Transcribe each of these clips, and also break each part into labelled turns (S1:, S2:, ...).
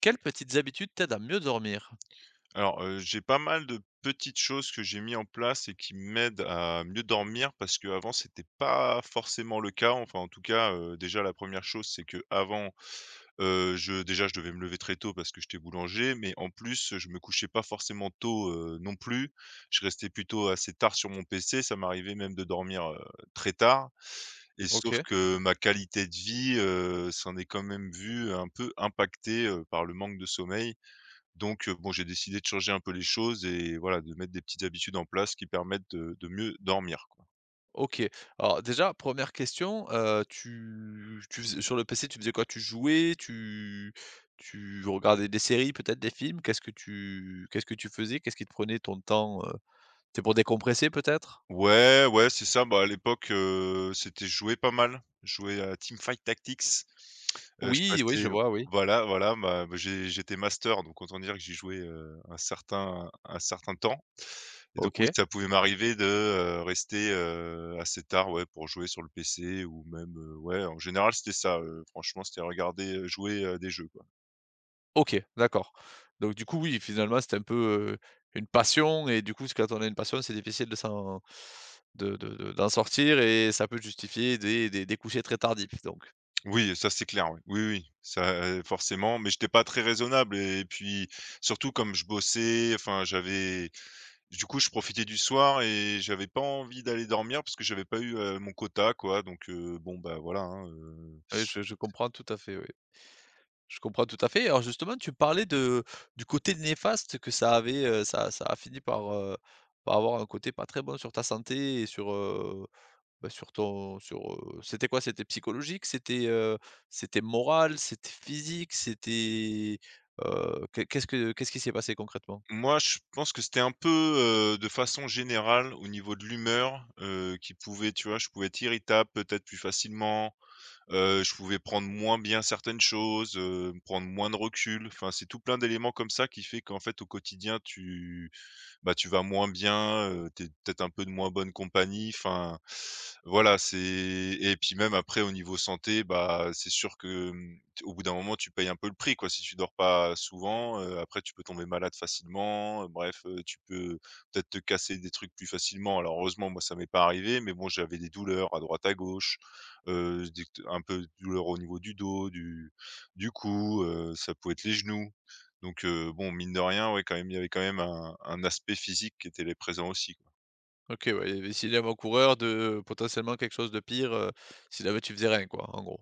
S1: Quelles petites habitudes t'aident à mieux dormir?
S2: Alors, j'ai pas mal de petites choses que j'ai mis en place et qui m'aident à mieux dormir parce que avant c'était pas forcément le cas. Enfin en tout cas, déjà la première chose c'est qu'avant, je devais me lever très tôt parce que j'étais boulanger, mais en plus, je me couchais pas forcément tôt, non plus. Je restais plutôt assez tard sur mon PC, ça m'arrivait même de dormir, très tard et sauf
S1: OK,
S2: que ma qualité de vie, s'en est quand même vue un peu impactée, par le manque de sommeil donc bon, j'ai décidé de changer un peu les choses et voilà, de mettre des petites habitudes en place qui permettent de mieux dormir, quoi.
S1: OK. Alors déjà, première question, tu faisais sur le PC, tu faisais quoi? Tu jouais? Tu regardais des séries, peut-être des films? Qu'est-ce que tu faisais? Qu'est-ce qui te prenait ton temps, C'était pour décompresser peut-être?
S2: Ouais, ouais, c'est ça. Bah, à l'époque, c'était jouer pas mal, jouer à Teamfight Tactics. Heu, je
S1: Oui, oui, je
S2: passais
S1: vois, oui.
S2: voilà, bah, j'étais master, donc autant dire que j'y jouais, un certain temps et donc oui,
S1: OK.
S2: ça pouvait m'arriver de, rester, assez tard, ouais, pour jouer sur le PC ou même, ouais, en général, c'était ça, franchement, c'était regarder, jouer à des jeux, quoi.
S1: OK, d'accord. Donc du coup, oui, finalement, c'était un peu, heu, une passion et du coup, c'est quand on a une passion, c'est difficile de s'en de d'en sortir et ça peut justifier des couchers très tardifs, donc.
S2: Oui, ça c'est clair, oui. Oui, oui, ça, forcément, mais j'étais pas très raisonnable et puis surtout comme je bossais, enfin j'avais du coup je profitais du soir et j'avais pas envie d'aller dormir parce que j'avais pas eu, mon quota quoi donc bon bah voilà, hein,
S1: Oui, je comprends tout à fait, oui. Je comprends tout à fait. Alors justement, tu parlais de du côté néfaste que ça avait, ça a fini par, par avoir un côté pas très bon sur ta santé et sur, bah, sur ton sur, c'était quoi? C'était psychologique? C'était, c'était moral? C'était physique? C'était, qu'est-ce qui s'est passé concrètement?
S2: Moi je pense que c'était un peu, de façon générale au niveau de l'humeur, qui pouvait tu vois? Je pouvais être irritable peut-être plus facilement. Je pouvais prendre moins bien certaines choses, prendre moins de recul. Enfin, c'est tout plein d'éléments comme ça qui fait qu'en fait, au quotidien, tu bah, tu vas moins bien, tu peut-être un peu de moins bonne compagnie, enfin, voilà, c'est et puis même après au niveau santé, bah, c'est sûr que, mmh, t au bout d'un moment tu payes un peu le prix quoi. Si tu dors pas souvent, après tu peux tomber malade facilement, bref, tu peux peut-être te casser des trucs plus facilement. Alors heureusement moi ça m'est pas arrivé, mais bon j'avais des douleurs à droite à gauche, des un peu de douleur au niveau du dos, du cou, ça pouvait être les genoux. Donc bon, mine de rien, ouais, quand même, il y avait quand même un aspect physique qui était présent aussi, quoi.
S1: OK, ouais, il y avait, s'il y avait un coureur de potentiellement quelque chose de pire, si jamais tu faisais rien quoi, en gros.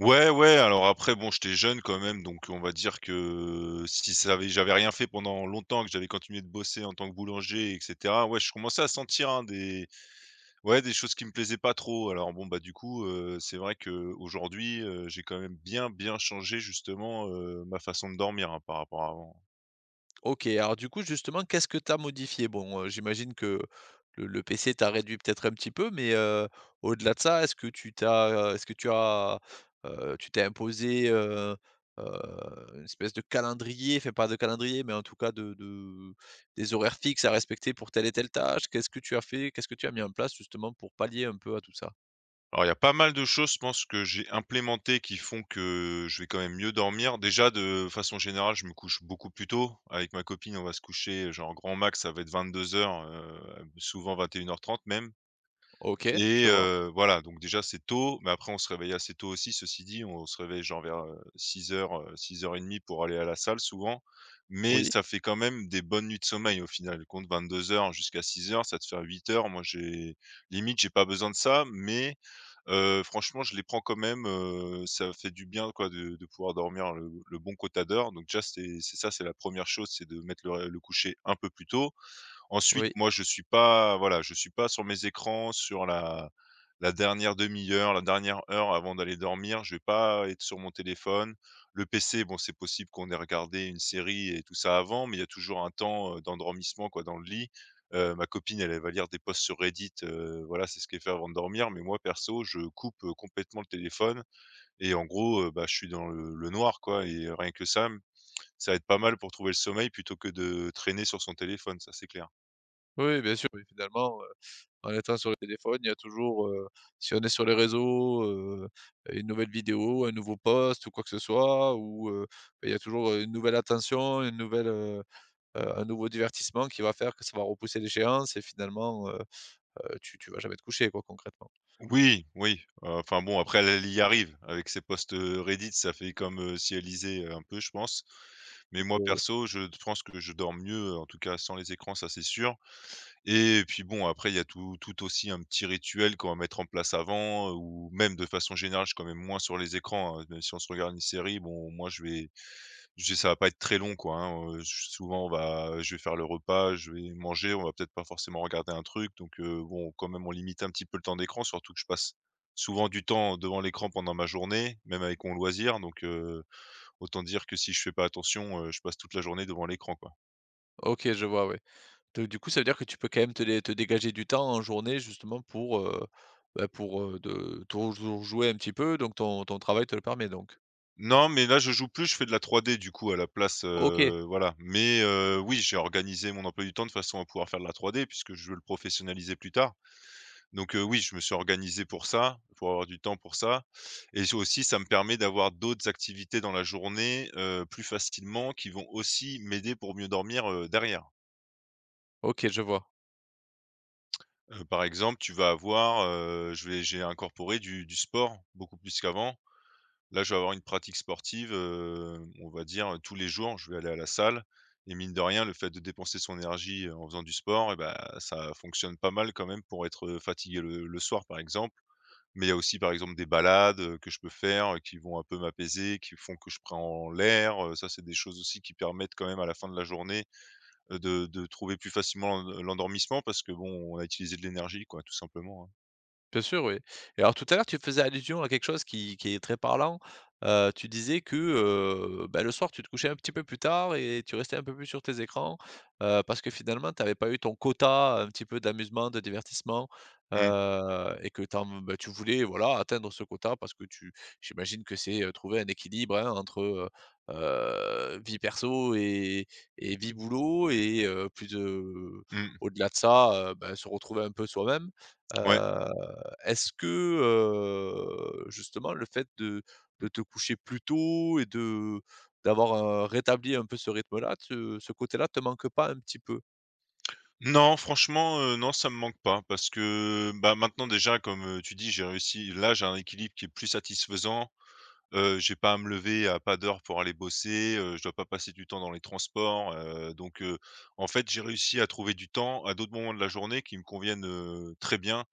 S2: Ouais, ouais, alors après, bon, j'étais jeune quand même, donc on va dire que si ça avait j'avais rien fait pendant longtemps, que j'avais continué de bosser en tant que boulanger et cetera, ouais, je commençais à sentir, hein, des choses qui me plaisaient pas trop. Alors bon, bah, du coup, c'est vrai qu'aujourd'hui, j'ai quand même bien, bien changé justement, ma façon de dormir, hein, par rapport à avant.
S1: OK, alors du coup, justement, qu'est-ce que tu as modifié? Bon, j'imagine que le PC tu as réduit peut-être un petit peu, mais au-delà de ça, est-ce que tu as, tu t'es imposé, heu, une espèce de calendrier, enfin pas de calendrier, mais en tout cas de des horaires fixes à respecter pour telle et telle tâche? Qu'est-ce que tu as fait? Qu'est-ce que tu as mis en place justement pour pallier un peu à tout ça?
S2: Alors, il y a pas mal de choses, je pense, que j'ai implémentées qui font que je vais quand même mieux dormir. Déjà, de façon générale, je me couche beaucoup plus tôt. Avec ma copine, on va se coucher, genre, grand max, ça va être 22:00, heures, souvent 21:30 même.
S1: OK,
S2: Et
S1: je vois.
S2: voilà, donc déjà c'est tôt, mais après on se réveille assez tôt aussi, ceci dit, on se réveille genre vers, six 6:00, 6:30 pour aller à la salle souvent, mais
S1: Oui,
S2: ça fait quand même des bonnes nuits de sommeil au final. Compte 22 heures jusqu'à 6 heures, ça te fait 8 heures. Moi j'ai limite j'ai pas besoin de ça, mais franchement je les prends quand même, ça fait du bien quoi de pouvoir dormir le bon quota d'heures. Donc déjà c'est ça, c'est la première chose, c'est de mettre le coucher un peu plus tôt. Ensuite,
S1: oui.
S2: moi, je suis pas voilà, je suis pas sur mes écrans sur la dernière demi heure, la dernière heure avant d'aller dormir, je vais pas être sur mon téléphone. Le PC, bon, c'est possible qu'on ait regardé une série et tout ça avant, mais il y a toujours un temps, d'endormissement, quoi, dans le lit. Ma copine, elle va lire des posts sur Reddit, voilà, c'est ce qu'elle fait avant de dormir, mais moi, perso, je coupe, complètement le téléphone et en gros, bah, je suis dans le noir, quoi et rien que ça va être pas mal pour trouver le sommeil plutôt que de traîner sur son téléphone, ça, c'est clair.
S1: Oui, oui, bien sûr, oui, finalement, en étant sur le téléphone, il y a toujours, si on est sur les réseaux, heu, une nouvelle vidéo, un nouveau post ou quoi que ce soit ou, il y a toujours, une nouvelle attention, une nouvelle, un nouveau divertissement qui va faire que ça va repousser l'échéance et finalement, tu vas jamais te coucher quoi concrètement.
S2: Oui, oui, enfin bon après elle y arrive. Avec ses posts, Reddit, ça fait comme, si elle lisait, un peu je pense. Mais
S1: Donc,
S2: moi perso, je pense que je dors mieux, en tout cas sans les écrans, ça c'est sûr et puis bon après il y a tout aussi un petit rituel qu'on va mettre en place avant, ou même de façon générale, je suis quand même moins sur les écrans, hein. Même si on se regarde une série, bon moi je vais je dis: «Ça va pas être très long, quoi, hein», j souvent on va je vais faire le repas, je vais manger, on va peut-être pas forcément regarder un truc donc bon, quand même on limite un petit peu le temps d'écran, surtout que je passe souvent du temps devant l'écran pendant ma journée, même avec mon loisir donc autant dire que si je fais pas attention, je passe toute la journée devant l'écran, quoi.
S1: OK, je vois, oui. Donc du coup, ça veut dire que tu peux quand même te dégager du temps en journée justement pour, bah, pour, de toujours jouer un petit peu donc ton travail te le permet donc?
S2: Non, mais là je joue plus, je fais de la 3D du coup à la place,
S1: OK,
S2: voilà, mais oui, j'ai organisé mon emploi du temps de façon à pouvoir faire de la 3D puisque je veux le professionnaliser plus tard. Donc oui, je me suis organisé pour ça, pour avoir du temps pour ça et j'ai aussi ça me permet d'avoir d'autres activités dans la journée, plus facilement qui vont aussi m'aider pour mieux dormir, derrière.
S1: OK, je vois.
S2: Par exemple, tu vas avoir, je vais j'ai incorporé du sport beaucoup plus qu'avant. Là, je vais avoir une pratique sportive, on va dire, tous les jours, je vais aller à la salle et mine de rien, le fait de dépenser son énergie, en faisant du sport et bah, ça fonctionne pas mal quand même pour être, fatigué le soir, par exemple. Mais il y a aussi, par exemple, des balades, que je peux faire, qui vont un peu m'apaiser, qui font que je prends l'air, ça, c'est des choses aussi qui permettent quand même à la fin de la journée, de trouver plus facilement l'endormissement parce que, bon, on a utilisé de l'énergie, quoi, tout simplement, hein.
S1: Bien sûr, oui. Et alors tout à l'heure, tu faisais allusion à quelque chose qui est très parlant. Tu disais que, bah, le soir, tu te couchais un petit peu plus tard et tu restais un peu plus sur tes écrans, parce que finalement, tu n'avais pas eu ton quota un petit peu d'amusement, de divertissement,
S2: Mmh,
S1: et que tu en bah, tu voulais, voilà, atteindre ce quota parce que tu j'imagine que c'est, trouver un équilibre, hein, entre, vie perso et vie boulot et plus de
S2: mmh,
S1: au-delà de ça, ben, se retrouver un peu soi-même, heu
S2: ouais.
S1: est-ce que, justement le fait de te coucher plus tôt et de d'avoir, rétabli un peu ce rythme-là, te ce côté-là te manque pas un petit peu?
S2: Non, franchement, non, ça me manque pas parce que, bah, maintenant déjà, comme, tu dis, j'ai réussi là, j'ai un équilibre qui est plus satisfaisant. J'ai pas à me lever à pas d'heure pour aller bosser, je dois pas passer du temps dans les transports, donc en fait, j'ai réussi à trouver du temps à d'autres moments de la journée qui me conviennent, très bien.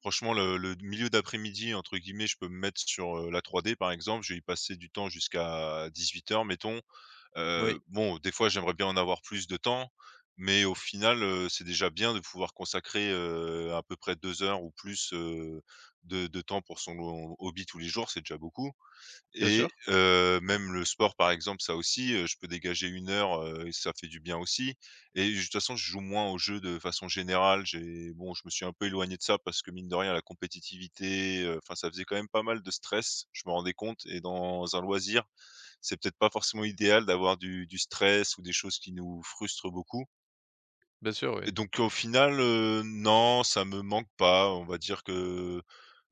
S2: Franchement, le «milieu d'après-midi» entre guillemets, je peux me mettre sur, la 3D par exemple, je vais y passer du temps jusqu'à 18:00 mettons.
S1: Oui,
S2: Bon, des fois, j'aimerais bien en avoir plus de temps, mais au final, c'est déjà bien de pouvoir consacrer, à peu près 2 heures ou plus, de temps pour son hobby tous les jours, c'est déjà beaucoup.
S1: bien sûr,
S2: Et même le sport, par exemple, ça aussi, je peux dégager 1 heure, et ça fait du bien aussi. Et de toute façon, je joue moins aux jeux de façon générale. Je me suis un peu éloigné de ça parce que mine de rien, la compétitivité, enfin, ça faisait quand même pas mal de stress, je me rendais compte et dans un loisir, c'est peut-être pas forcément idéal d'avoir du stress ou des choses qui nous frustrent beaucoup.
S1: bien sûr, oui.
S2: Et donc au final, non, ça me manque pas. On va dire que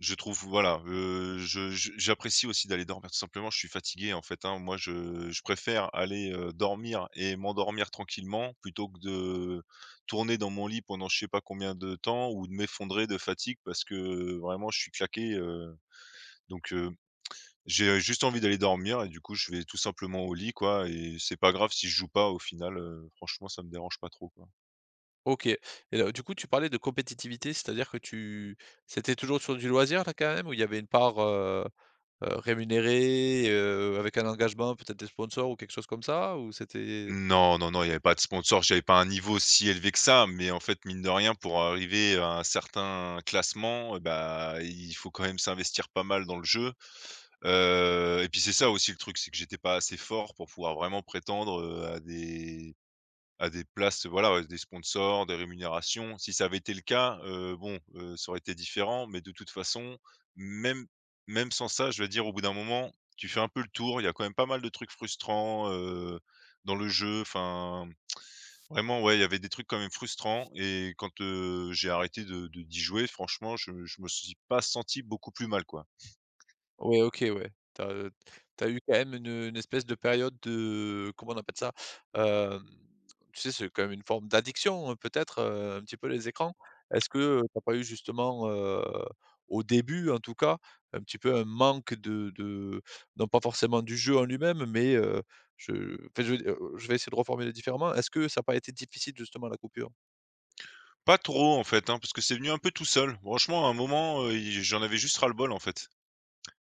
S2: je trouve voilà, je j'apprécie aussi d'aller dormir tout simplement. Je suis fatigué en fait, hein. Moi, je préfère aller, dormir et m'endormir tranquillement plutôt que de tourner dans mon lit pendant je sais pas combien de temps ou de m'effondrer de fatigue parce que vraiment je suis claqué, donc j'ai juste envie d'aller dormir et du coup, je vais tout simplement au lit quoi et c'est pas grave si je joue pas au final, franchement ça me dérange pas trop, quoi.
S1: OK et du coup tu parlais de compétitivité, c'est-à-dire que tu c'était toujours sur du loisir là quand même où il y avait une part, rémunérée, avec un engagement, peut-être des sponsors ou quelque chose comme ça? Ou c'était
S2: Non, non, non, il y avait pas de sponsor, j'avais pas un niveau si élevé que ça, mais en fait, mine de rien, pour arriver à un certain classement, bah, il faut quand même s'investir pas mal dans le jeu. Et puis c'est ça aussi le truc, c'est que j'étais pas assez fort pour pouvoir vraiment prétendre, à des places, voilà, ouais, des sponsors, des rémunérations. Si ça avait été le cas, ça aurait été différent, mais de toute façon, même même sans ça, je veux dire, au bout d'un moment, tu fais un peu le tour. Il y a quand même pas mal de trucs frustrants, dans le jeu. Enfin, vraiment, ouais, il y avait des trucs quand même frustrants et quand, j'ai arrêté de d'y jouer, franchement, je me suis pas senti beaucoup plus mal, quoi.
S1: ouais, OK, ouais. Eu quand même une espèce de période de comment on appelle ça? Hem, tu sais, c'est quand même une forme d'addiction, peut-être, un petit peu les écrans? Est-ce que, tu pas eu justement, au début en tout cas, un petit peu un manque de non pas forcément du jeu en lui-même, mais, je enfin je veux dire, je vais essayer de reformuler différemment. Est-ce que ça n'a pas été difficile justement la coupure?
S2: Pas trop, en fait, hein, parce que c'est venu un peu tout seul. Franchement, à un moment, j'en avais juste ras-le-bol, en fait.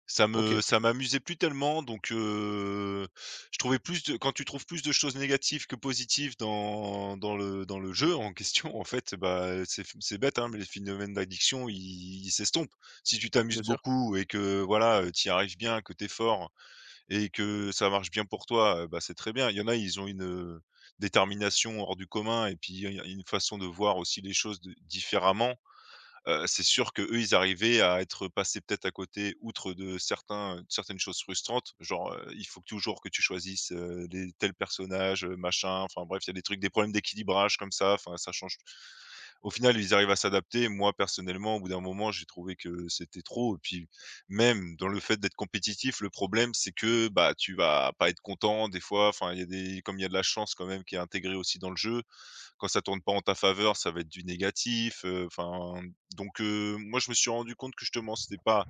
S1: OK,
S2: Ça m'amusait plus tellement, donc je trouvais plus de quand tu trouves plus de choses négatives que positives dans le jeu en question, en fait, bah, c'est bête, hein, mais les phénomènes d'addiction, ils s'estompent. Si tu
S1: bien
S2: t'amuses
S1: sûr.
S2: beaucoup et que voilà, tu y arrives bien, que t'es fort et que ça marche bien pour toi, bah, c'est très bien. Il y en a, ils ont une, détermination hors du commun et puis il y a une façon de voir aussi les choses de différemment. C'est sûr que eux, ils arrivaient à être passés peut-être à côté, outre de certains certaines choses frustrantes, genre, il faut toujours que tu choisisses, les tels personnages, machin, enfin bref, il y a des trucs, des problèmes d'équilibrage comme ça, enfin ça change, au final, ils arrivent à s'adapter. Moi, personnellement, au bout d'un moment, j'ai trouvé que c'était trop et puis même dans le fait d'être compétitif, le problème, c'est que, bah, tu vas pas être content des fois, enfin il y a des, comme il y a de la chance quand même qui est intégrée aussi dans le jeu, quand ça tourne pas en ta faveur, ça va être du négatif, enfin, donc moi, je me suis rendu compte que justement, c'était pas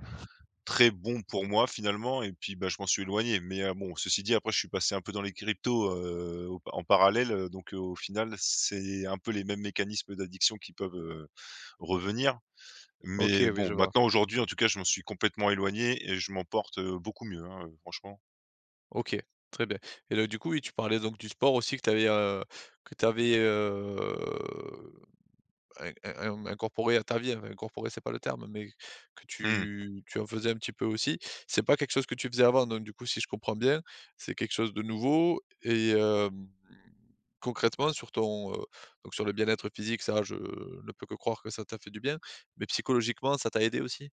S2: très bon pour moi finalement et puis, bah, je m'en suis éloigné, mais bon, ceci dit, après, je suis passé un peu dans les cryptos, au en parallèle, donc au final, c'est un peu les mêmes mécanismes d'addiction qui peuvent, revenir,
S1: OK,
S2: mais
S1: oui,
S2: bon,
S1: je vois.
S2: maintenant, aujourd'hui, en tout cas, je m'en suis complètement éloigné et je m'en porte, beaucoup mieux, hein, franchement.
S1: OK, très bien et là, du coup, oui, tu parlais donc du sport aussi que tu avais, in in incorporé à ta vie, enfin incorporé, c'est pas le terme, mais que
S2: Mmh.
S1: tu en faisais un petit peu aussi. C'est pas quelque chose que tu faisais avant donc du coup, si je comprends bien, c'est quelque chose de nouveau et concrètement sur ton, donc sur le bien-être physique, ça, je ne peux que croire que ça t'a fait du bien, mais psychologiquement, ça t'a aidé aussi?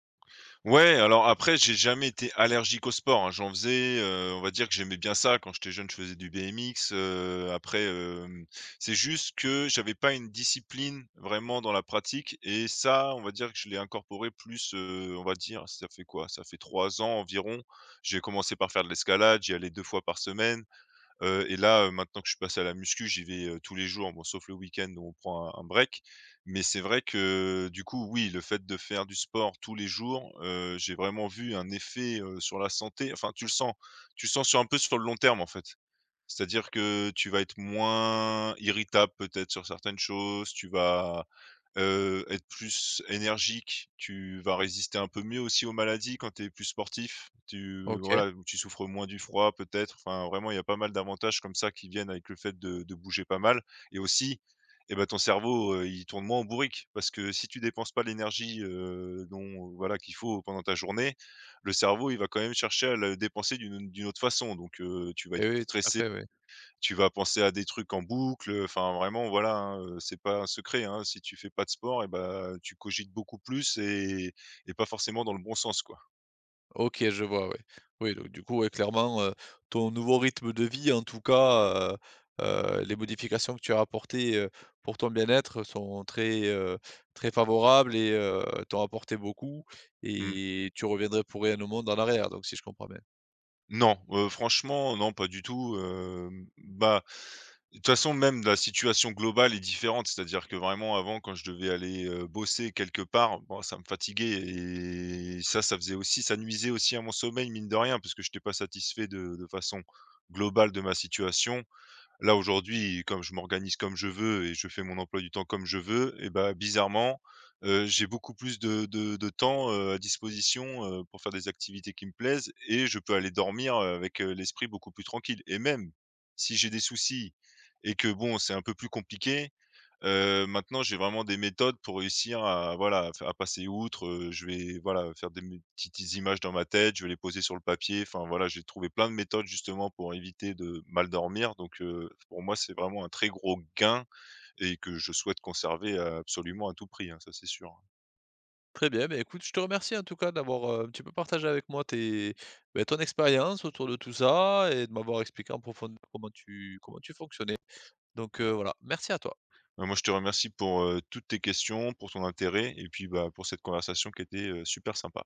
S2: Ouais, alors après, j'ai jamais été allergique au sport, hein. J'en faisais, on va dire que j'aimais bien ça. Quand j'étais jeune, je faisais du BMX, c'est juste que j'avais pas une discipline vraiment dans la pratique et ça, on va dire que je l'ai incorporé plus, on va dire, ça fait quoi? Ça fait 3 ans environ. J'ai commencé par faire de l'escalade, j'y allais 2 fois par semaine. Et là, maintenant que je suis passé à la muscu, j'y vais, tous les jours, bon sauf le week-end où on prend un break. Mais c'est vrai que, du coup, oui, le fait de faire du sport tous les jours, j'ai vraiment vu un effet, sur la santé. Enfin, tu le sens. Tu le sens sur un peu sur le long terme, en fait. C'est-à-dire que tu vas être moins irritable peut-être sur certaines choses, tu vas être plus énergique, tu vas résister un peu mieux aussi aux maladies quand tu es plus sportif. Tu
S1: OK,
S2: voilà, tu souffres moins du froid peut-être, enfin vraiment il y a pas mal d'avantages comme ça qui viennent avec le fait de bouger pas mal et aussi, et ben ton cerveau, il tourne moins en bourrique parce que si tu dépenses pas l'énergie, dont voilà qu'il faut pendant ta journée, le cerveau il va quand même chercher à la dépenser d'une autre façon, donc tu vas être
S1: et
S2: plus
S1: oui, tout à
S2: stressé,
S1: fait, oui.
S2: tu vas penser à des trucs en boucle, enfin vraiment voilà, hein, c'est pas un secret, hein, si tu fais pas de sport et ben, tu cogites beaucoup plus et pas forcément dans le bon sens, quoi.
S1: OK, je vois, ouais. Oui, donc du coup, ouais, clairement, ton nouveau rythme de vie, en tout cas, les modifications que tu as apportées, pour ton bien-être sont très, très favorables et t'ont apporté beaucoup
S2: Mmh.
S1: et tu reviendrais pour rien au monde en arrière, donc si je comprends bien.
S2: Non, franchement, non, pas du tout, bah, de toute façon, même la situation globale est différente, c'est-à-dire que vraiment avant quand je devais aller, bosser quelque part, bon ça me fatiguait et ça faisait aussi ça nuisait aussi à mon sommeil mine de rien parce que je n'étais pas satisfait de façon globale de ma situation. Là, aujourd'hui, comme je m'organise comme je veux et je fais mon emploi du temps comme je veux et ben bizarrement, j'ai beaucoup plus de temps, à disposition, pour faire des activités qui me plaisent et je peux aller dormir, avec, l'esprit beaucoup plus tranquille et même si j'ai des soucis et que bon, c'est un peu plus compliqué. Maintenant, j'ai vraiment des méthodes pour réussir à voilà, à f à passer outre, je vais voilà, faire des mes petites images dans ma tête, je vais les poser sur le papier. Enfin voilà, j'ai trouvé plein de méthodes justement pour éviter de mal dormir, donc pour moi, c'est vraiment un très gros gain et que je souhaite conserver absolument à tout prix, hein, ça c'est sûr, hein.
S1: Très bien, mais écoute, je te remercie en tout cas d'avoir, un petit peu partagé avec moi tes beh, ton expérience autour de tout ça et de m'avoir expliqué en profondeur comment tu fonctionnais. Donc voilà, merci à toi.
S2: Bah, moi, je te remercie pour, toutes tes questions, pour ton intérêt et puis, bah, pour cette conversation qui était, super sympa.